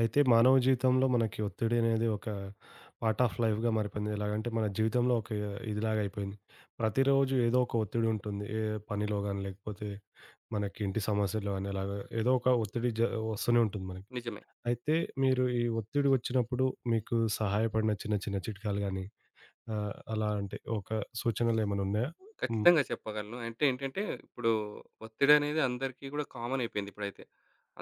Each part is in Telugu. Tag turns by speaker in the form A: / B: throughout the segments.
A: అయితే మానవ జీవితంలో మనకి ఒత్తిడి అనేది ఒక పార్ట్ ఆఫ్ లైఫ్‌గా మారిపోయింది. ఎలాగంటే మన జీవితంలో ఒక ఇదిలాగా అయిపోయింది. ప్రతిరోజు ఏదో ఒక ఒత్తిడి ఉంటుంది. ఏ పనిలో గాని, లేకపోతే మనకి ఇంటి సమస్యలు గాని అలాగా ఏదో ఒక ఒత్తిడి వస్తూనే ఉంటుంది మనకి.
B: నిజమే.
A: అయితే మీరు ఈ ఒత్తిడి వచ్చినప్పుడు మీకు సహాయపడిన చిన్న చిన్న చిట్కాలు గాని అలా అంటే ఒక సూచనలు ఏమైనా ఉన్నాయా? హ్మ్.
B: ఖచ్చితంగా చెప్పగలను. అంటే ఏంటంటే, ఇప్పుడు ఒత్తిడనేది అందరికీ గూడా కామన్ అయిపోయింది ఇప్పుడైతే.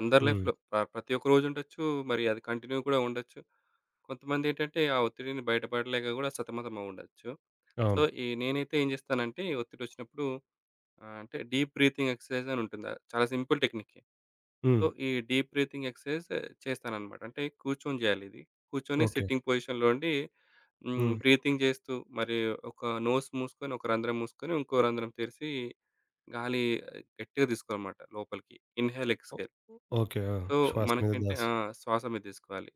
B: అందరి
A: హ్మ్.
B: లైఫ్‌లో ప్రతి ఒక్క రోజుండొచ్చు. మరి అది కంటిన్యూ కూడా ఉండొచ్చు. కొంతమందేంటంటే, ఆ ఒత్తిడిని బయటపడలేక గూడా సతమతమవుండొచ్చు. సో,
A: అవును.
B: ఈ నేనైతే ఏం జేస్తానంటే, ఒత్తిడొచ్చినప్పుడు అంటే డీప్ బ్రీతింగ్ ఎక్సర్సైజ్ అని ఉంటుంది. చాలా సింపుల్ టెక్నికే.
A: హ్మ్.
B: సో, ఈ డీప్ బ్రీతింగ్ ఎక్సర్సైజ్ చేస్తాననమాట. అంటే కూర్చొని జేయాలిది. కూర్చొని
A: ఓకే.
B: సిట్టింగ్ పొజిషన్‌లో ఉండి
A: హ్మ్.
B: బ్రీతింగ్ చేస్తూ మరి ఒక నోస్ మూసుకొని, ఒక రంధ్రం మూసుకొని, ఇంకో రంధ్రం తెరిసి గాలి గట్టిగా తీసుకోవాలన్నమాట లోపలికి. ఇన్‌హేల్,
A: ఓ
B: ఎక్స్‌హేల్.
A: ఓకే. ఆ!
B: సో,
A: శ్వాస మీద
B: మనకేంటి
A: ధ్యాస.
B: ఆ! శ్వాస మీద తీసుకోవాలి.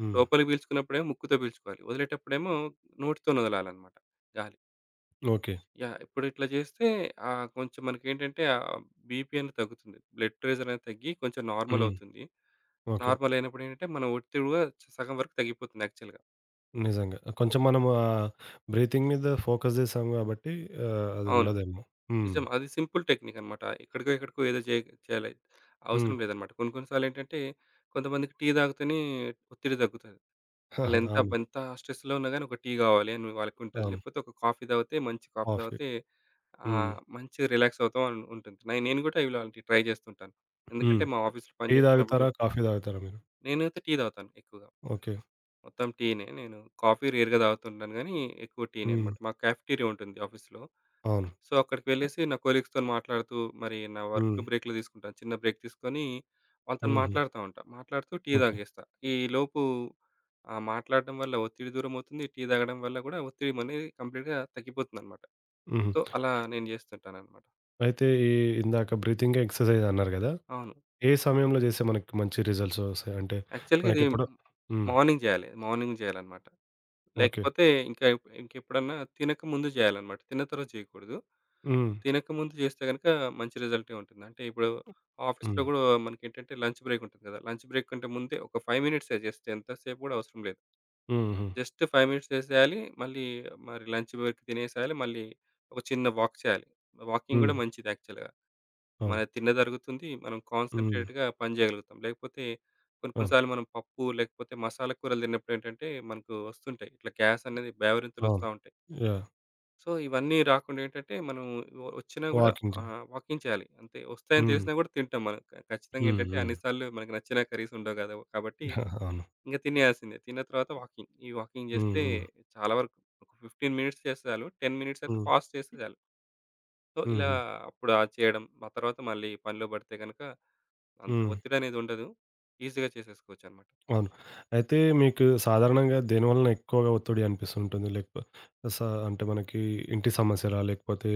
A: హ్మ్.
B: లోపలికి పీల్చుకున్నప్పుడేమో ముక్కుతో పీల్చుకోవాలి. వదిలేటప్పుడేమో నోటితోని వదలాలన్నమాట గాలి.
A: ఓకే.
B: యాహ్! ఇప్పుడు ఇట్లా చేస్తే కొంచెం మనకేంటంటే బీపీ అనేది తగ్గుతుంది. బ్లడ్ ప్రెషర్ అనేది తగ్గి కొంచెం నార్మల్
A: హ్మ్.
B: అవుతుంది.
A: ఓకే.
B: నార్మల్ అయినప్పుడు ఏంటంటే మన ఒత్తిడి కూడా సగం వరకు తగ్గిపోతుంది యాక్చువల్‌గా.
A: నిజంగా. కొంచెం మనం బ్రీతింగ్ మీద ఫోకస్ జేసాం గాబట్టి
B: అవును.
A: అదుండదేమో. హ్మ్.
B: నిజం. అది సింపుల్ టెక్నిక్ అన్నమాట. ఎక్కడికో, ఎక్కడికో ఏదో చేయాలి.
A: హ్మ్.
B: అవసరం లేదన్నమాట. కొన్ని కొన్ని సార్లు ఏంటంటే కొంతమందికి టీ తాగితేనే ఒత్తిడి తగ్గుతది. ఆళ్ళెంత
A: అవును.
B: ఎంత స్ట్రెస్‌లో ఉన్నా గాని ఒక టీ కావాలి అని వాళ్ళకుంటది.
A: అవును.
B: లేకపోతే ఒక కాఫీ తాగితే మంచి కాఫీ
A: కాఫీ.
B: తాగితే
A: హ్మ్.
B: మంచిగా రిలాక్స్ అవుతాం అని ఉంటుంది. నేను కూడా ఇలాంటివి ట్రై చేస్తుంటాను.
A: హ్మ్.
B: ఎందుకంటే మా ఆఫీస్‌లో పని
A: టీ
B: చేస్తున్నప్పుడు
A: తాగుతారా? కాఫీ తాగుతారా మీరు?
B: నేనైతే టీ తాగుతాను ఎక్కువగా.
A: ఓకే.
B: మొత్తం టీనే. నేను కాఫీ రేర్‌గా తాగుతుంటాను గానీ ఎక్కువ టీనే
A: హ్మ్.
B: అన్నమాట. మాకు కాఫెటీరియా ఉంటుంది ఆఫీస్‌లో.
A: అవును.
B: సో, అక్కడికి వెళ్ళేసి నా కొలీగ్స్‌తోని మాట్లాడుతూ, మరి నా వర్క్
A: హ్మ్.
B: బ్రేక్‌లో తీసుకుంటాను. చిన్న బ్రేక్ తీసుకొని, వాళ్ళతోని
A: హుహు.
B: మాట్లాడుతా ఉంటా. మాట్లాడుతూ టీ
A: ఓకే.
B: తాగేస్తా. ఈలోపు ఆ మాట్లాడడం వల్ల ఒత్తిడి దూరమవుతుంది. టీ తాగడం వల్ల గూడా ఒత్తిడి అనేది కంప్లీట్‌గా తగ్గిపోతుందనమాట.
A: హుహు.
B: సో, అలా నేను చేస్తుంటాననమాట.
A: అయితే ఈ ఇందాక బ్రీతింగ్ ఎక్సర్‌సైజ్ అన్నారు గదా!
B: అవును.
A: ఏ సమయంలో జేస్తే మనకి మంచి రిజల్ట్స్ ఒస్తాయి? అంటే
B: యాక్చువల్‌గా ఇది
A: మనకెప్పుడు? హ్మ్.
B: మార్నింగ్ జేయాలి. మార్నింగ్ జేయాలనమాట.
A: ఓకే.
B: లేకపోతే ఇంకా ఇంకెప్పుడన్నా తినక ముందు జేయాలనమాట. తిన్న తర్వాత జేయకూడదు.
A: హ్మ్.
B: తినకముందు చేస్తే గనుక మంచి రిజల్టే ఉంటుంది. అంటే ఇప్పుడు ఆఫీస్‌లో
A: హ్మ్.
B: గూడా మనకేంటంటే లంచ్ బ్రేక్ ఉంటుంది గదా! లంచ్ బ్రేక్ కంటే ముందే ఒక 5 మినిట్సే జస్ట్ ఎంతసేపు గూడా అవసరం లేదు.
A: హుహు.
B: జస్ట్ 5 మినిట్స్ చేసేయాలి. మళ్ళీ మరి లంచ్ బ్రేక్ తినేసేయాలి. మళ్ళీ ఒక చిన్న వాక్ చేయాలి. వాకింగ్ గూడా
A: హ్మ్.
B: మంచిది యాక్చువల్‌గా. మన
A: అవును.
B: తిన్నది అరుగుతుంది. మనం
A: హ్మ్.
B: కాన్సంట్రేట్‌గా పని చేయగలుగుతాం. లేకపోతే కొన్ని కొన్ని
A: అవును.
B: సార్లు మనం పప్పు లేకపోతే మసాలా కూరలు తిన్నప్పుడేంటంటే మనకు వస్తుంటాయి. ఇట్లా గ్యాస్ అనేది బేవరింతలు వస్తా
A: అవును.
B: ఉంటాయి.
A: యాహ్!
B: సో, ఇవన్నీ రాకుండా ఏంటంటే మనం వచ్చినా గూడా
A: వాకింగ్ జే
B: వాకింగ్ చేయాలి. అంతే వస్తాయని
A: హ్మ్.
B: తెలిసినా గూడా తింటాం మనం. ఖచ్చితంగా
A: హ్మ్.
B: ఏంటంటే
A: హ్మ్.
B: అన్ని సార్లు మనకు నచ్చిన కర్రీస్ ఉండవు గదా! కాబట్టి
A: అవును.
B: ఇంక తినేయాల్సిందే. తిన్న తర్వాత వాకింగ్. ఈ వాకింగ్
A: హ్మ్.
B: జేస్తే
A: హ్మ్.
B: చాలా వరకు ఒక 15 మినిట్స్ చేస్తే చాలు. 10 మినిట్స్ అయితే
A: హ్మ్.
B: ఫాస్ట్ చేస్తే చాలు. సో, ఇలా
A: హుహు.
B: అప్పుడు అది చేయడం. ఆ తర్వాత మళ్ళీ పనిలో పడితే గనక అంత
A: హ్మ్.
B: ఒత్తిడనేది ఉండదు. ఈజీగా చేసేసుకోవచ్చనమాట.
A: అవును. అయితే మీకు సాధారణంగా దేనివలన ఎక్కువగా ఒత్తిడి అనిపిస్తుంటుంది? లేకపో స అంటే మనకి ఇంటి సమస్యలా? లేకపోతే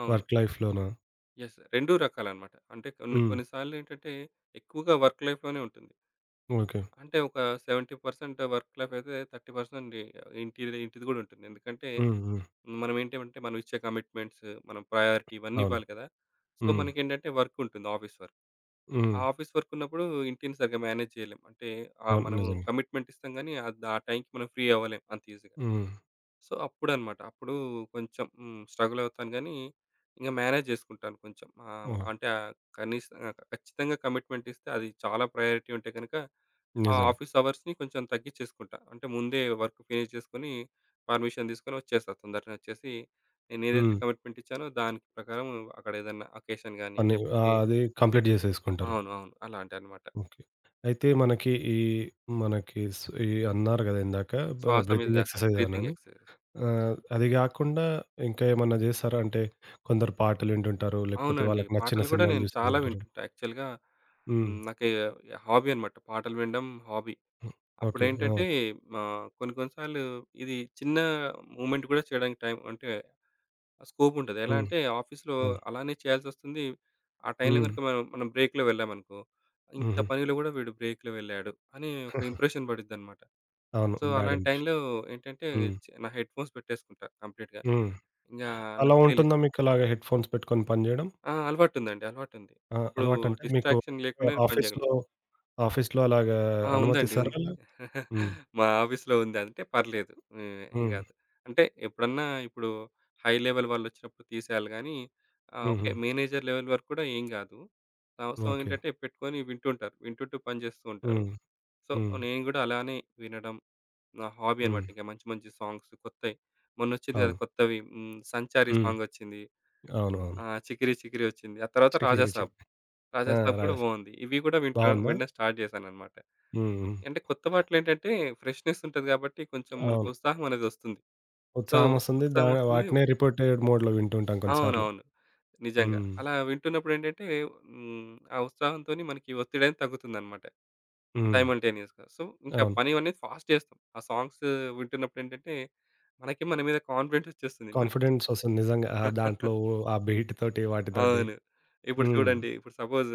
B: అవును.
A: వర్క్ లైఫ్‌లోనా?
B: యెస్. 2 రకాలనమాట. అంటే కొన్ని
A: హ్మ్.
B: కొన్ని సార్లేంటంటే ఎక్కువగా వర్క్ లైఫ్‌లోనే ఉంటుంది.
A: ఓకే.
B: అంటే ఒక 70% వర్క్ లైఫ్ అయితే 30% ఇంటిది ఇంటిది గూడా ఉంటుంది. ఎందుకంటే
A: హ్మ్. హ్మ్.
B: మనం ఏంటేమంటే మనం ఇచ్చే కమిట్మెంట్స్, మనం ప్రయారిటీ ఇవన్నీ
A: అవును.
B: ఇవ్వాలి కదా! సో,
A: హ్మ్.
B: మనకేంటంటే వర్క్ ఉంటుంది ఆఫీస్ వర్క్. ఆ
A: హ్మ్.
B: ఆఫీస్ వర్క్ ఉన్నప్పుడు ఇంటిని సరిగ్గా మేనేజ్ చేయలేం. అంటే
A: అవును.
B: మనము
A: నిజంగా.
B: కమిట్మెంట్ ఇస్తాం గానీ ఆ టైంకి మనం ఫ్రీ అవ్వలేం అంత ఈజీగా.
A: హ్మ్.
B: సో, అప్పుడన్నమాట. అప్పుడు కొంచెం స్ట్రగుల్ అవుతాను గానీ ఇంక మేనేజ్ జేసుకుంటాను కొంచెం.
A: అవును.
B: అంటే కనీసం ఖచ్చితంగా కమిట్మెంట్ ఇస్తే అది చాలా ప్రయారిటీ ఉంటే గనుక ఆ
A: నిజంగా.
B: ఆఫీస్ అవర్స్‌ని కొంచెం తగ్గించేసుకుంటా. అంటే ముందే వర్క్ ఫినిష్ చేసుకొని, పర్మిషన్ తీసుకొని వచ్చేస్తా. తొందరగా వచ్చేసి, నేనేదైతే
A: హ్మ్.
B: కమిట్మెంట్ ఇచ్చానో దాని ప్రకారం అక్కడ ఏదన్నా అకేషన్ గాని,
A: పని
B: లేకపోతే
A: అది కంప్లీట్ చేసేసుకుంటారు.
B: అవును. అవును. అలాంటివన్నమాట.
A: ఓకే. అయితే మనకి ఈ మనకి ఈ అన్నారు కదా! ఇందాక
B: శ్వాస మీద
A: బ్రీతింగ్
B: ధ్యాస.
A: ఎక్సర్సైజ్
B: బ్రీతింగ్
A: అనని.
B: ఎక్సర్‌సైజెస్.
A: ఆ! అది గాకుండా ఇంకా ఏమన్నా జేస్తారా? అంటే కొందరు పాటలు వింటుంటారు. లేకపోతే
B: అవునండి.
A: వాళ్ళకి నచ్చిన
B: పాటలు గూడా
A: సినిమాలు
B: నేను
A: జూస్తూ
B: చాలా
A: ఉంటారు.
B: వింటుంటా. యాక్చువల్‌గా
A: హ్మ్.
B: నాకు హాబీ అన్నమాట. పాటలు వినడం హాబీ.
A: హ్మ్. ఓకే.
B: అప్పుడేంటంటే,
A: ఆ!
B: మా కొన్ని కొన్ని సార్లు ఇది చిన్న మూవ్‌మెంట్ గూడా చేయడానికి టైం అంటే ఆ స్కోప్ ఉంటది. ఎలా
A: హ్మ్.
B: అంటే ఆఫీస్‌లో
A: అవును.
B: అలానే చేయాల్సొస్తుంది. ఆ టైంలో
A: హ్మ్.
B: గనుక మనం మనం బ్రేక్‌లో వెళ్ళామనుకో, ఇంత
A: హుహు.
B: పనిలో గూడా వీడు బ్రేక్‌లో వెళ్ళాడు అని ఒక ఇంప్రెషన్ పడిద్దనమాట.
A: అవును.
B: సో,
A: బ్యాడ్
B: అలాంటి
A: ఇంప్రెషన్.
B: టైంలో ఏంటంటే
A: హ్మ్.
B: నా హెడ్‌ఫోన్స్ పెట్టేసుకుంటా కంప్లీట్‌గా.
A: హ్మ్.
B: ఇంగా నాకు
A: అలా
B: ప్లేలిస్ట్
A: ఉంటుందా మీకలాగా హెడ్ ఫోన్స్ పెట్టుకొని పని జేయడం?
B: ఆ! అలవాటుందండి. అలవాటుంది.
A: ఆ!
B: అప్పుడు
A: అలవాటంటే మీకు?
B: డిస్ట్రాక్షన్ లేకుండా నేను పని చేయగలను.
A: ఆఫీస్‌లో ఆఫీస్‌లో అలాగా
B: ఆ! ఉందండి.
A: అనుమతిస్తారా
B: ఉంది.
A: అలా? హ్మ్.
B: మా ఆఫీస్‌లో ఉంది. అంటే పర్లేదు. ఏం
A: హ్మ్.
B: కాదు. అంటే ఎప్పుడన్నా ఇప్పుడు హై లెవెల్ వాళ్ళొచ్చినప్పుడు తీసేయాలి గానీ ఓకే.
A: హుహు.
B: మేనేజర్ లెవెల్ వరకు కూడా ఏం కాదు. అవసరం
A: ఓకే.
B: ఏంటంటే పెట్టుకొని వింటుంటారు. వింటుంటూ పని చేస్తూ ఉంటారు.
A: హ్మ్.
B: సో,
A: హ్మ్.
B: నేను గూడా అలానే వినడం నా హాబీ
A: హ్మ్.
B: అన్నమాట. ఇంక మంచి మంచి సాంగ్స్ కొత్తయి. మొన్నొచ్చింది కదా!
A: అవును.
B: కొత్తవి 'సంచారి'
A: హ్మ్.
B: సాంగొచ్చింది.
A: అవును. అవును.
B: 'చికిరి చికిరి' వచ్చింది. ఆ తర్వాత 'రాజా
A: చికిరి
B: సాబ్'.
A: చికి
B: 'రాజా
A: ఆ!
B: సాబ్' కూడా బావుంది. ఇవి కూడా వింటూ
A: బావుందా?
B: వినడం స్టార్ట్ చేశానన్నమాట.
A: హ్మ్. హ్మ్.
B: అంటే కొత్త వాటిలేంటంటే ఫ్రెష్‌నెస్ ఉంటది గాబట్టి కొంచెం మనకు
A: అవును.
B: ఉత్సాహం అనేది వస్తుంది. సో,
A: ఉత్సాహమొస్తుంది.
B: ఉత్సాహం వస్తుంది
A: వాటినే రిపోర్టెడ్ మోడ్‌లో వింటుంటాం కొన్ని సార్లు.
B: అవునవును. నిజంగా.
A: హ్మ్.
B: అలా వింటున్నప్పుడేంటంటే ఆ ఉత్సాహంతోని మనకి ఒత్తిడనేది తగ్గుతుందనమాట
A: హ్మ్.
B: సైమల్టేనియస్‌గా. సో, ఇంకా
A: అవును.
B: పని అనేది ఫాస్ట్ చేస్తాం. ఆ సాంగ్స్ వింటున్నప్పుడేంటంటే మనకి మన మీద కాన్ఫిడెన్స్ వచ్చేస్తుంది. మనకి
A: కాన్ఫిడెన్సొస్తుంది నిజంగా. ఆ దాంట్లో ఆ బీట్ తోటి వాటితోటి.
B: అవును. ఇప్పుడు
A: హ్మ్.
B: చూడండి. ఇప్పుడు సపోజ్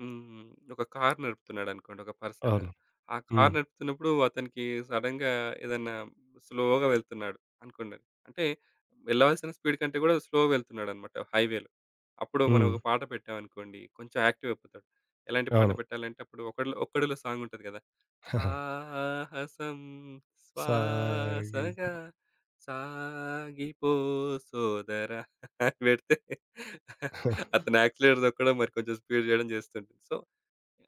B: ఒక కార్ నడుపుతున్నాడు అనుకోండి ఒక పర్సన్.
A: అవును.
B: ఆ కార్
A: హ్మ్.
B: నడుపుతున్నప్పుడు అతనికి సడెన్‌గా ఏదన్నా స్లోగా వెళ్తున్నాడు అనుకోండి. అంటే వెళ్ళాల్సిన స్పీడ్ కంటే కూడా స్లోగా వెళ్తున్నాడన్నమాట హైవేలో. అప్పుడు మనం
A: హ్మ్.
B: ఒక పాట పెట్టామనుకోండి కొంచెం యాక్టివ్ అయిపోతాడు. ఎలాంటి పాట
A: అవును.
B: పెట్టాలంటే అప్పుడు ఒక్కడిలో ఒక్కడిలో సాంగ్ ఉంటది కదా! సాహసం
A: సాగి
B: శ్వాసగా సాగిపో సోదరా అని పెడితే అతను యాక్సిలేటర్ దొక్కడం, మరి కొంచెం స్పీడ్ చేయడం చేస్తుంటుంది. సో,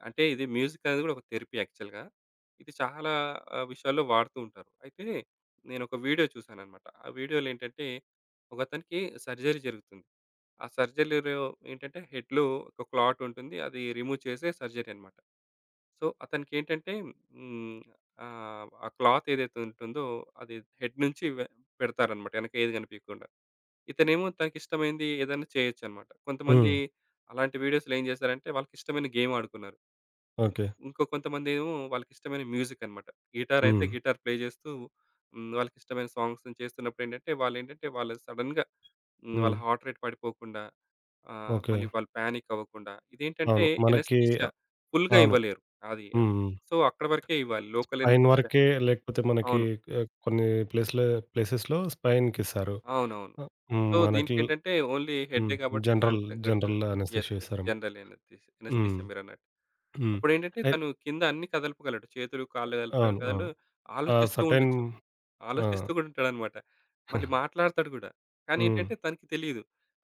B: అంటే ఇది మ్యూజిక్ అనేది కూడా ఒక థెరపీ యాక్చువల్‌గా. ఇది చాలా విషయాల్లో వాడుతూ ఉంటారు. అయితే నేనొక వీడియో చూశాననమాట. ఆ వీడియోలో ఏంటంటే, ఒకతనికి సర్జరీ జరుగుతుంది. ఆ సర్జరీలో ఏంటంటే హెడ్‌లో ఒక క్లాట్ ఉంటుంది. అది రిమూవ్ చేసే సర్జరీ అనమాట. సో, అతనికేంటంటే హ్మ్, ఆ క్లాత్ ఏదైతే ఉంటుందో అది హెడ్ నుంచి పెడతారనమాట. వెనక ఏది కనిపియకుండా. ఇతనేమో తనకిష్టమైంది ఏదైనా చేయొచ్చనమాట. కొంతమంది
A: హ్మ్.
B: అలాంటి వీడియోస్‌లో ఏం చేశారంటే వాళ్ళకిష్టమైన గేమ్ ఆడుకున్నారు. ఇంక్
A: ఓకే.
B: ఇంకో కొంతమందేమో వాళ్ళకిష్టమైన మ్యూజిక్ అనమాట. గిటార్ అయితే
A: హ్మ్.
B: గిటార్ ప్లే చేస్తూ వాళ్ళకిష్టమైన సాంగ్స్‌ని చేస్తున్నప్పుడేంటంటే వాళ్ళేంటంటే వాళ్ళు సడెన్‌గా వాళ్ళ
A: హ్మ్.
B: హార్ట్ రేట్ పడిపోకుండా
A: ఓకే.
B: మళ్ళీ వాళ్ళు పానిక్ అవ్వకుండా ఇదేంటంటే
A: అవును. మనకి.
B: ఎనస్థీషియా ఫుల్‌గా
A: అవును.
B: ఇవ్వలేరు. అది
A: హ్మ్. హ్మ్.
B: సో, అక్కడి వరకే ఇవ్వాలి. లోకల్
A: స్పైన్
B: ఎనస్థీషియా
A: వరకే లేకపోతే మనకి
B: అవును.
A: కొన్ని ప్లేసెస్‌లో స్పైన్‌కిస్తారు.
B: అవునవును.
A: హ్మ్.
B: సో,
A: మనకి
B: దీనికేంటంటే ఓన్లీ
A: హ్మ్.
B: హెడ్డే కాబట్టి
A: జనరల్
B: దానికి తగ్గట్టు
A: జనరల్
B: యెస్.
A: Anaesthesia
B: yes.
A: ఇస్తారు.
B: General
A: hmm.
B: ఎనస్థీషియా మీరన్నట్టు.
A: హ్మ్.
B: అప్పుడేంటంటే
A: అయి
B: తను కింద అన్ని కదలపగలడు. చేతులు, కాళ్ళు
A: అవును.
B: కదలపగలడు
A: అవును. ఆ
B: ఆలోచిస్తూ
A: సర్టెన్
B: ఉండొచ్చు.
A: ఆ!
B: ఆలోచిస్తూ కూడా ఉంటాడనమాట. మళ్ళీ మాట్లాడతాడు గూడా. కానీ
A: హ్మ్.
B: ఏంటంటే తనకి తెలీదు.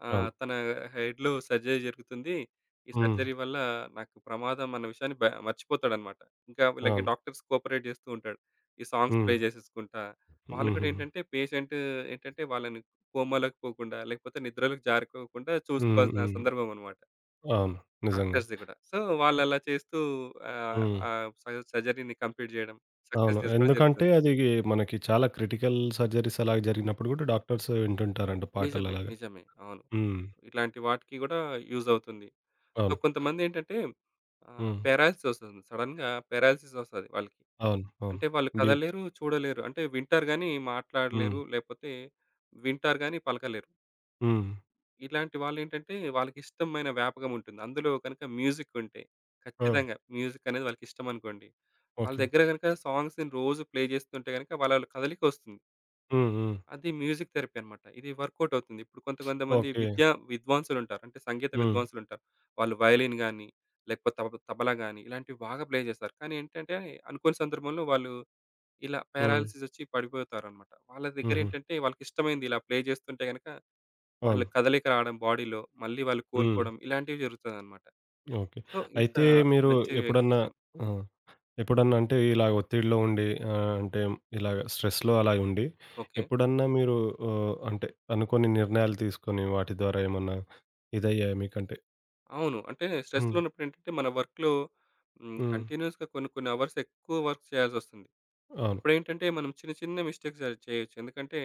A: అవును.
B: తన హెడ్‌లో సర్జరీ జరుగుతుంది. ఈ
A: హ్మ్.
B: సర్జరీ వల్ల నాకు ప్రమాదం అన్న విషయాన్ని మర్చిపోతాడనమాట. ఇంకా వీళ్ళకి
A: అవును.
B: డాక్టర్స్ కోఆపరేట్ జేస్తూ ఉంటాడు. ఈ సాంగ్స్
A: హ్మ్.
B: ప్లే జేసేసుకుంటా. వాళ్ళు కూడా
A: హుహుహు.
B: ఏంటంటే పేషెంట్ ఏంటంటే వాళ్ళని కోమాలోకి పోకుండా, లేకపోతే నిద్రలోకి జారుకోకుండా
A: హ్మ్.
B: చూసుకోవాల్సిన
A: హ్మ్.
B: సందర్భం అనమాట.
A: అవును. నిజంగానే.
B: డాక్టర్స్‌ది గూడా. సో,
A: ఆహ్,
B: వాళ్ళలా చేస్తూ ఆహ్,
A: హ్మ్.
B: ఆహ్, స సర్జరీని కంప్లీట్ జేయడం, సక్సెస్
A: అవును.
B: జేసుకోవడం
A: ఎందుకంటే
B: జరుగుతుంది.
A: అది మనకి చాలా క్రిటికల్ సర్జరీస్ అలాగ జరిగినప్పుడు గూడా డాక్టర్స్ వింటుంటారంట
B: నిజమే.
A: పాటలలాగా.
B: నిజమే. అవును.
A: హ్మ్.
B: ఇట్లాంటి వాటికి గూడా యూజ్ అవుతుంది. సో,
A: అవును.
B: కొంతమందేంటంటే
A: హ్మ్.
B: పారాలిసిస్ వస్తుంది. సడెన్‌గా పారాలిసిస్ వస్తది వాళ్ళకి.
A: అవును. అవును.
B: అంటే వాళ్ళు
A: బీప్
B: కదలలేరు, చూడలేరు. అంటే వింటారు గానీ
A: హ్మ్.
B: మాట్లాడలేరు, లేపోతే వింటారు గానీ పలకలేరు.
A: హ్మ్.
B: ఇలాంటి వాళ్ళేంటంటే వాళ్ళకిష్టమైన వ్యాపకం ఉంటుంది. అందులో గనక మ్యూజిక్ ఉంటే
A: ఆ!
B: ఖచ్చితంగా మ్యూజిక్ అనేది వాళ్ళకిష్టమనుకోండి. వాళ్ళ
A: ఓకే.
B: దగ్గర గనక సాంగ్స్‌ని రోజు ప్లే జేస్తుంటే గనక వాళ్ళ కదలికొస్తుంది.
A: హ్మ్. హ్మ్.
B: అది మ్యూజిక్ థెరపీ అన్నమాట. ఇది వర్కౌట్ అవుతుంది. ఇప్పుడు కొంతమంది
A: ఓకే.
B: విద్యా విద్వాంసులుంటారు. అంటే సంగీత
A: హ్మ్.
B: విద్వాంసులుంటారు. వాళ్ళు వయలిన్ గాని, లేకపోతే తబలా గాని ఇలాంటివి బాగా ప్లే చేస్తారు. కానీ ఏంటంటే అనుకోని సందర్భంలో వాళ్ళు ఇలా
A: హ్మ్.
B: పారాలిసిస్ వచ్చి పడిపోతారన్నమాట. వాళ్ళ
A: హుహు.
B: దగ్గరేంటంటే వాళ్ళకిష్టమైంది ఇలా ప్లే చేస్తుంటే గనక వాళ్ళ
A: అవును.
B: కదలిక రావడం బాడీలో, మళ్ళీ వాళ్ళు
A: హ్మ్.
B: కోలుకోవడం ఇలాంటివి జరుగుతదన్నమాట.
A: ఓకే.
B: సో, ఇంత
A: అయితే మీరు
B: మంచి
A: ఎప్పుడన్నా?
B: విషయం.
A: ఆ! ఎప్పుడన్నా అంటే ఇలాగ ఒత్తిడిలో ఉండి అంటే ఇలాగ స్ట్రెస్‌లో అలా ఉండి,
B: ఓకే.
A: ఎప్పుడన్నా మీరు అంటే అనుకోని నిర్ణయాలు తీసుకొని వాటి ద్వారా ఏమన్నా ఇదయ్యాయా మీకంటే?
B: అవును. అంటే స్ట్రెస్‌లో
A: హ్మ్.
B: ఉన్నప్పుడు ఏంటంటే మన వర్క్‌లో
A: హ్మ్.
B: కంటిన్యూయస్‌గా కొన్ని కొన్ని అవర్స్ ఎక్కువ వర్క్ చేయాల్సొస్తుంది.
A: అవును.
B: అప్పుడేంటంటే మనం చిన్న చిన్న మిస్టేక్స్ అది చేయొచ్చు. ఎందుకంటే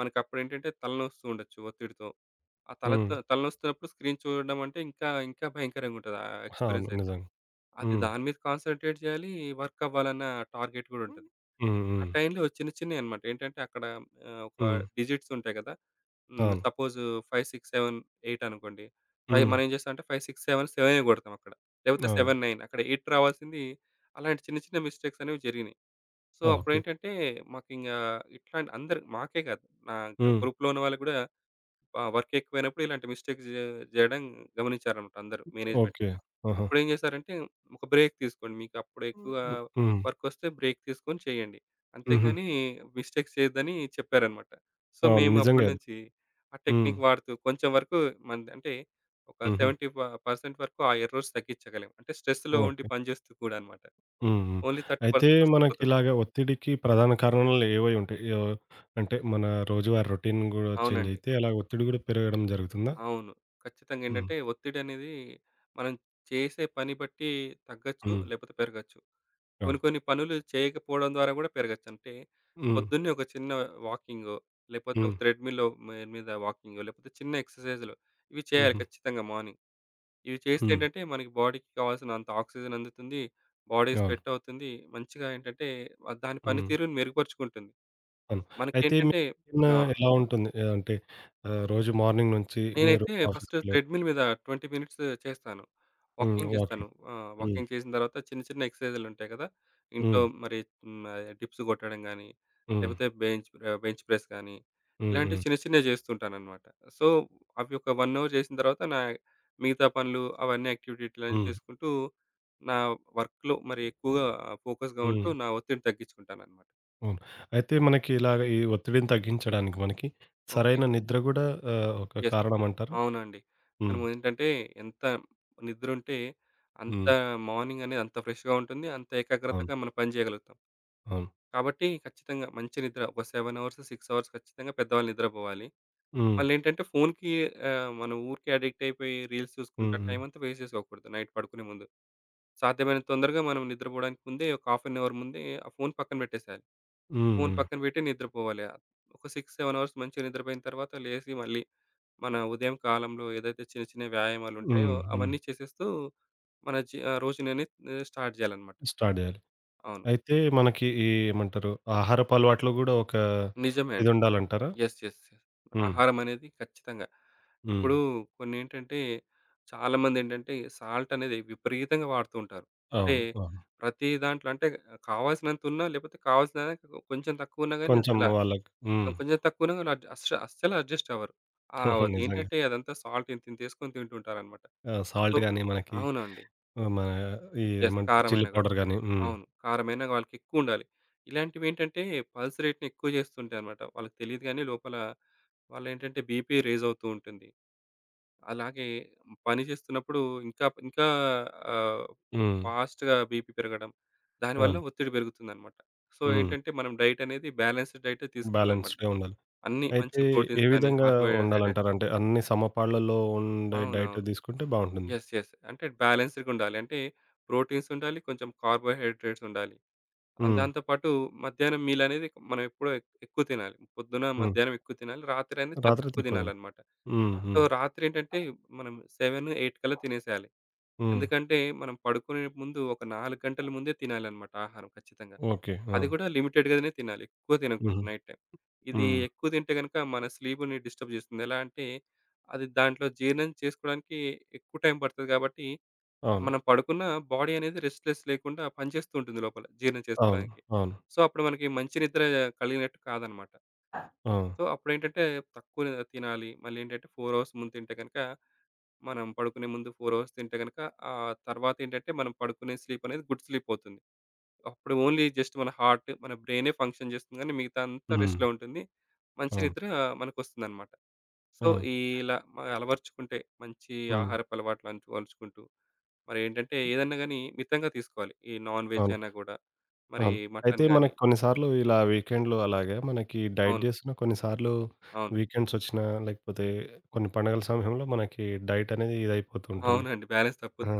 B: మనకప్పుడేంటంటే తలనొస్తూ ఉండొచ్చు ఒత్తిడితో. ఆ
A: హ్మ్.
B: తలతో తలనొస్తున్నప్పుడు స్క్రీన్ చూడడం అంటే ఇంకా ఇంకా భయంకరంగుంటది ఆ
A: అవును.
B: ఎక్స్‌పీరియన్స్ అయితే.
A: నిజంగా.
B: అది
A: హ్మ్.
B: దాని మీద కాన్సంట్రేట్ చేయాలి. వర్క్ అవ్వాలన్న టార్గెట్ కూడా ఉంటది.
A: హ్మ్.
B: ఆ
A: హ్మ్.
B: టైంలో చిన్న చిన్నయి అన్నమాట. ఏంటంటే అక్కడ ఒక
A: హ్మ్.
B: డిజిట్స్ ఉంటాయి కదా!
A: అవును.
B: సపోజ్ 5, 6, 7, 8 అనుకోండి. ఫైవ్
A: హ్మ్.
B: మనం ఏం చేస్తామంటే 5, 6, 7, 7 కొడతాం అక్కడ. లేకపోతే 7,
A: ఆ!
B: 9 అక్కడ 8 రావాల్సింది అలాంటి చిన్న చిన్న మిస్టేక్స్ అనేవి జరిగినాయి. సో,
A: ఆ, ఓకే.
B: అప్పుడేంటంటే మాకింగా ఇట్లాంటి అందరు మాకే కాదు నా
A: హ్మ్.
B: గ్రూప్‌లో ఉన్న వాళ్ళు కూడా వర్క్ ఎక్కువైనప్పుడు ఇలాంటి మిస్టేక్స్ జేయడం గమనించారనమాట అందరూ మేనేజ్‌మెంట్.
A: ఓకే. ఆహా!
B: అప్పుడేం చేశారంటే ఒక బ్రేక్ తీసుకోండి. మీకు అప్పుడు ఎక్కువ
A: హ్మ్.
B: వర్క్ వస్తే బ్రేక్ తీసుకొని చేయండి.
A: హుహు.
B: అంతేగాని మిస్టేక్స్ చేయొద్దని చెప్పారనమాట. సో,
A: అవును.
B: మేము
A: నిజంగా అది.
B: అప్పటినుంచి ఆ
A: హ్మ్.
B: టెక్నిక్ వాడుతూ కొంచెం వరకు మనది అంటే ఒక
A: హుహు.
B: 70% వరకు ఆ ఎర్రర్స్ తగ్గించగలం. అంటే స్ట్రెస్‌లో ఉండి
A: ఓకే.
B: పని చేస్తూ కూడా అనమాట.
A: హ్మ్. హ్మ్.
B: ఓన్లీ
A: అయితే
B: 30% వస్తూ పోతుంటాయి.
A: మనకిలాగ ఒత్తిడికి ప్రధాన కారణాలు ఏవై ఉంటాయి? అంటే మన రోజువారీ రొటీన్ గూడా చేంజ్
B: అవునండి.
A: అయితే అలాగ ఒత్తిడి గూడా పెరగడం జరుగుతుందా?
B: అవును. ఖచ్చితంగా
A: హ్మ్.
B: ఏంటంటే, ఒత్తిడనేది మనం చేసే పని బట్టి తగ్గొచ్చు,
A: హ్మ్.
B: లేపోతే పెరగొచ్చు. కొన్ని
A: అవును.
B: కొన్ని పనులు చేయకపోవడం ద్వారా గూడా పెరగొచ్చు. అంటే,
A: హ్మ్.
B: పొద్దున్నే ఒక చిన్న వాకింగో, లేపోతే ఒక
A: హ్మ్.
B: థ్రెడ్‌మిల్‌లో మీ మీద వాకింగో, లేపోతే చిన్న ఎక్సర్‌సైజులు ఇవి చేయాలి
A: హుహు.
B: ఖచ్చితంగా మార్నింగ్. ఇవి చేస్తే
A: హ్మ్.
B: ఏంటంటే, మనకి బాడీకి కావాల్సినంత ఆక్సిజన్ అందుతుంది. బాడీ
A: అవును.
B: స్వెట్ అవుతుంది. మంచిగా ఏంటంటే, దాని
A: హ్మ్.
B: పనితీరుని మెరుగుపరుచుకుంటుంది.
A: అవును. అయితే మీ
B: మనకేంటంటే ఆ!
A: రొటీన్ ఎలా ఉంటుంది? అంటే రోజు మార్నింగ్ నుంచి మీరు
B: నేనైతే ఫస్ట్
A: ఆఫీస్‌కెళ్లారు.
B: థ్రెడ్‌మిల్ మీద 20 మినిట్స్ చేస్తాను.
A: హ్మ్.
B: వాకింగ్ చేస్తాను.
A: వాకింగ్. హ్మ్.
B: వాకింగ్ చేసిన తర్వాత చిన్న చిన్న ఎక్సర్‌సైజ్‌లు ఉంటాయి కదా! ఇంట్లో
A: హ్మ్.
B: మరి డిప్స్ కొట్టడం గానీ,
A: హ్మ్.
B: లేకపోతే బెంచ్ ప్రెస్ గానీ,
A: హ్మ్.
B: ఇలాంటివి
A: హ్మ్.
B: చిన్న చిన్నవి చేస్తుంటానన్నమాట. సో, అవి ఒక 1 అవర్ చేసిన తర్వాత నా మిగతా పనులు అవన్నీ యాక్టివిటీలని
A: హ్మ్.
B: చేసుకుంటూ, నా వర్క్‌లో మరి ఎక్కువగా ఫోకస్‌గా ఉంటూ
A: హ్మ్.
B: నా ఒత్తిడిని తగ్గించుకుంటానన్నమాట.
A: అవును. అయితే మనకి ఇలాగ ఈ ఒత్తిడిని తగ్గించడానికి మనకి
B: ఓకే.
A: సరైన నిద్ర గూడా ఒక
B: యెస్.
A: కారణమంటారా?
B: అవునండి.
A: హ్మ్.
B: మనం ఏంటంటే ఎంత నిద్రుంటే అంత
A: హ్మ్.
B: మార్నింగ్ అనేది అంత ఫ్రెష్‌గా ఉంటుంది. అంత
A: అవును.
B: ఏకాగ్రతగా మనం పని చేయగలుగుతాం.
A: అవును.
B: కాబట్టి ఖచ్చితంగా మంచి నిద్ర ఒక 7 అవర్స్, 6 అవర్స్ ఖచ్చితంగా పెద్దవాళ్ళు నిద్రపోవాలి.
A: హ్మ్.
B: మళ్ళేంటంటే ఫోన్‌కి మనం ఊరికే అడిక్ట్ అయిపోయి రీల్స్ చూసుకుంటా
A: హ్మ్. హ్మ్.
B: టైం అంతా వేస్ట్ చేసుకోకూడదు నైట్ పడుకునే ముందు. సాధ్యమైనంత తొందరగా మనం నిద్రపోవడానికి ముందే ఒక హాఫ్ అన్ అవర్ ముందే ఆ ఫోన్ పక్కన పెట్టేసేయాలి.
A: హ్మ్.
B: ఫోన్
A: హ్మ్.
B: పక్కన పెట్టి నిద్రపోవాలి. ఒక 6, 7 అవర్స్ మంచిగా నిద్రపోయిన తర్వాత లేసి మళ్ళీ మన ఉదయం కాలంలో ఏదైతే చిన్న చిన్న వ్యాయామాలుంటాయో
A: హ్మ్. హ్మ్.
B: అవన్నీ చేసేస్తూ మన రోజుననేది స్టార్ట్ చేయాలనమాట.
A: స్టార్ట్ జేయాలి.
B: అవును.
A: అయితే మనకి ఈ ఏమంటారు ఆహారపు అలవాట్లో గూడా ఒక
B: నిజమే అండి.
A: ఇదుండాలంటారా?
B: యెస్. యెస్. యెస్.
A: హ్మ్.
B: ఆహారం అనేది ఖచ్చితంగా.
A: హ్మ్.
B: ఇప్పుడు కొన్నేంటంటే చాలామందేంటంటే సాల్ట్ అనేది విపరీతంగా వాడుతూ ఉంటారు. అంటే
A: అవును. అవును.
B: ప్రతి దాంట్లో అంటే కావాల్సినంతున్నా లేకపోతే కావాల్సిన కొంచెం తక్కువ ఉన్నా గాని
A: కొంచెం వాళ్ళకి హ్మ్.
B: కొంచెం తక్కువనే వాళ్ళు అడ్జ అస్స అస్సలు అడ్జస్ట్ అవ్వరు.
A: నిజంగా.
B: అదేంటంటే అదంతా సాల్ట్ ఇంతింత ఏసుకొని తింటుంటారనమాట.
A: ఆ!
B: సో
A: సాల్ట్ గాని మనకి
B: అవునండి.
A: మన ఈ
B: యెస్.
A: ఏమంటారు చిల్లీ
B: కారమైనా గూడా.
A: పౌడర్ గాని. హ్మ్.
B: అవును. కారమైనా వాళ్ళకెక్కువుండాలి. ఇలాంటివేంటంటే పల్స్ రేట్‌ని ఎక్కువ చేస్తుంటాయనమాట. వాళ్ళకి తెలీదు గానీ లోపల వాళ్ళేంటంటే బీపీ రైజ్ అవుతూ ఉంటుంది. అలాగే పని చేస్తున్నప్పుడు ఇంకా ఆహ్,
A: హ్మ్.
B: ఫాస్ట్‌గా బీపీ పెరగడం, దానివల్ల
A: అవును.
B: ఒత్తిడి పెరుగుతుందనమాట. సో
A: హ్మ్.
B: ఏంటంటే మనం డైట్ అనేది బ్యాలెన్స్‌డ్ డైటే తీసుకోవాలనమాట.
A: బ్యాలెన్స్‌డ్‌గా ఉండాలి.
B: అన్నీ
A: అయితే
B: మంచిగా
A: ఏ
B: ప్రోటీన్స్ కానీ,
A: విధంగా వండాలంటారు?
B: కార్బోహైడ్రేట్స్
A: అంటే అన్ని సమపాళ్లలో ఉండే డైట్
B: అవునవును.
A: తీసుకుంటే బావుంటుంది.
B: యెస్. యెస్. అంటే బ్యాలెన్స్‌డ్‌గా ఉండాలి. అంటే ప్రోటీన్స్ ఉండాలి, కొంచెం కార్బోహైడ్రేట్స్ ఉండాలి.
A: హ్మ్.
B: దాంతో పాటు మధ్యాహ్నం మీల్ అనేది మనం ఎప్పుడో ఎక్కువ తినాలి. పొద్దున,
A: హ్మ్.
B: మధ్యాహ్నం ఎక్కువ తినాలి. రాత్రి అనేది చాలా
A: రాత్రి
B: తక్కువ
A: తక్కువ తిన్
B: తినాలన్నమాట.
A: హ్మ్.
B: సో,
A: హ్మ్.
B: రాత్రి ఏంటంటే మనం 7, 8 కల్లా తినేసేయాలి.
A: హ్మ్.
B: ఎందుకంటే మనం పడుకునే ముందు ఒక 4 గంటల ముందే తినాలన్నమాట ఆహారం ఖచ్చితంగా.
A: ఓకే. ఆ!
B: అది కూడా లిమిటెడ్‌గానే తినాలి. ఎక్కువ
A: హుహు.
B: తినకూడదు నైట్ టైమ్. ఇది
A: హ్మ్.
B: ఎక్కువ తింటే గనుక మన స్లీప్‌ని డిస్టర్బ్ చేస్తుంది. ఎలా అంటే అది దాంట్లో జీర్ణం చేసుకోవడానికి ఎక్కువ టైం పడతది కాబట్టి,
A: అవును.
B: మనం పడుకున్న బాడీ అనేది రెస్ట్‌లెస్ లేకుండా పనిచేస్తూ ఉంటుంది లోపల జీర్ణం
A: అవును.
B: చేసుకోవడానికి.
A: అవును.
B: సో, అప్పుడు మనకి మంచి నిద్ర కలిగినట్టు కాదనమాట.
A: ఆ!
B: సో, అప్పుడేంటంటే తక్కువ తినాలి. మళ్ళీ ఏంటంటే 4 అవర్స్ ముందు తింటే గనుక మనం పడుకునే ముందు 4 అవర్స్ తింటే గనుక, ఆ తర్వాత ఏంటంటే మనం పడుకునే స్లీప్ అనేది గుడ్ స్లీప్ అవుతుంది. అప్పుడు ఓన్లీ జస్ట్ మన హార్ట్, మన బ్రెయినే ఫంక్షన్ చేస్తుంది గానీ, మిగతా అంతా
A: హ్మ్.
B: రెస్ట్‌లో ఉంటుంది. మంచి
A: అవును.
B: నిద్ర మనకొస్తుందన్నమాట. సో,
A: ఆ!
B: ఇలా అలవరుచుకుంటే మంచి
A: హ్మ్.
B: ఆహారపు అలవాట్లు అలవరుచుకుంటూ, మరేంటంటే ఏదన్నా గాని మితంగా తీసుకోవాలి. ఈ నాన్ వెజ్
A: అవును.
B: అయినా గూడా, మరి
A: అవును. అయితే
B: మటన్ గాని
A: మనకి కొన్ని సార్లు ఇలా వీకెండ్‌లో అలాగా మనకి డైట్
B: అవును.
A: చేస్తున్న కొన్ని సార్లు
B: అవును.
A: వీకెండ్స్ వచ్చినా లేకపోతే కొన్ని పండగల సమయంలో మనకి డైట్ అనేది ఇదైపోతూ ఉంటుంది.
B: అవునండి. బ్యాలెన్స్
A: ఆ!
B: తప్పుద్ది.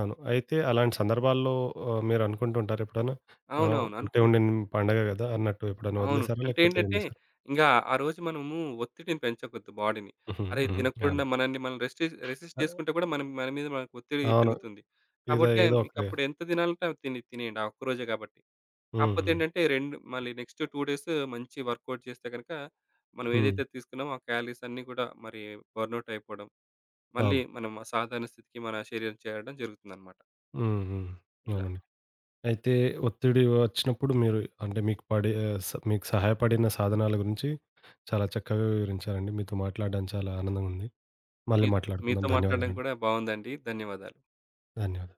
A: అవును. అయితే అలాంటి సందర్భాల్లో మీరు అనుకుంటుంటారా ఎప్పుడైనా?
B: అవునవును.
A: ఉంటే
B: అనుకుంటా.
A: ఉండిన పండగ కదా! అన్నట్టు ఎప్పుడైనా
B: అవును.
A: వదిలేసారా?
B: అంటే
A: లేకపోతే ఏం
B: ఏంటంటే,
A: చేశారు?
B: ఇంగ ఆ రోజు మనము ఒత్తిడిని పెంచకొద్దు బాడీని.
A: హుహు.
B: అరే!
A: హ్మ్.
B: తినకుండా
A: అవును.
B: మనల్ని మనం రెసిస్ట్
A: అ
B: చేసుకుంటే కూడా మనం మన మీద మనకు ఒత్తిడి
A: అవును.
B: పెరుగుతుంది.
A: ఏదో
B: కాబట్టి
A: ఏదో ఒక
B: మీకప్పుడు ఎంత తినాలంటే అది తిని తినేయండి. ఆ ఒక్కరోజే కాబట్టి.
A: హ్మ్.
B: కాకపోతే
A: హ్మ్.
B: ఏంటంటే 2 మళ్ళీ నెక్స్ట్ 2 డేస్ మంచి వర్కౌట్ చేస్తే గనక మనం
A: హ్మ్.
B: ఏదైతే తీసుకున్నామో ఆ క్యాలరీస్ అన్నీ కూడా మరి బర్న్‌ఔట్ అయిపోవడం. మళ్ళీ
A: అవును.
B: మనం ఆ సాధారణ స్థితికి మన శరీరం చేరడం జరుగుతుందన్నమాట.
A: హ్మ్. హ్మ్.
B: ఇలా.
A: అవునండి. అయితే ఒత్తిడి వచ్చినప్పుడు మీరు అంటే మీకు పడే మీకు సహాయపడిన సాధనాల గురించి చాలా చక్కగా వివరించారండి. మీతో మాట్లాడడం చాలా ఆనందంగా ఉంది. మళ్ళీ
B: మీతో
A: మాట్లాడుకుందాం.
B: మీతో మాట్లాడడం
A: ధన్యవాదాలండి.
B: కూడా బాగుందండి. ధన్యవాదాలు.
A: ధన్యవాదాలు.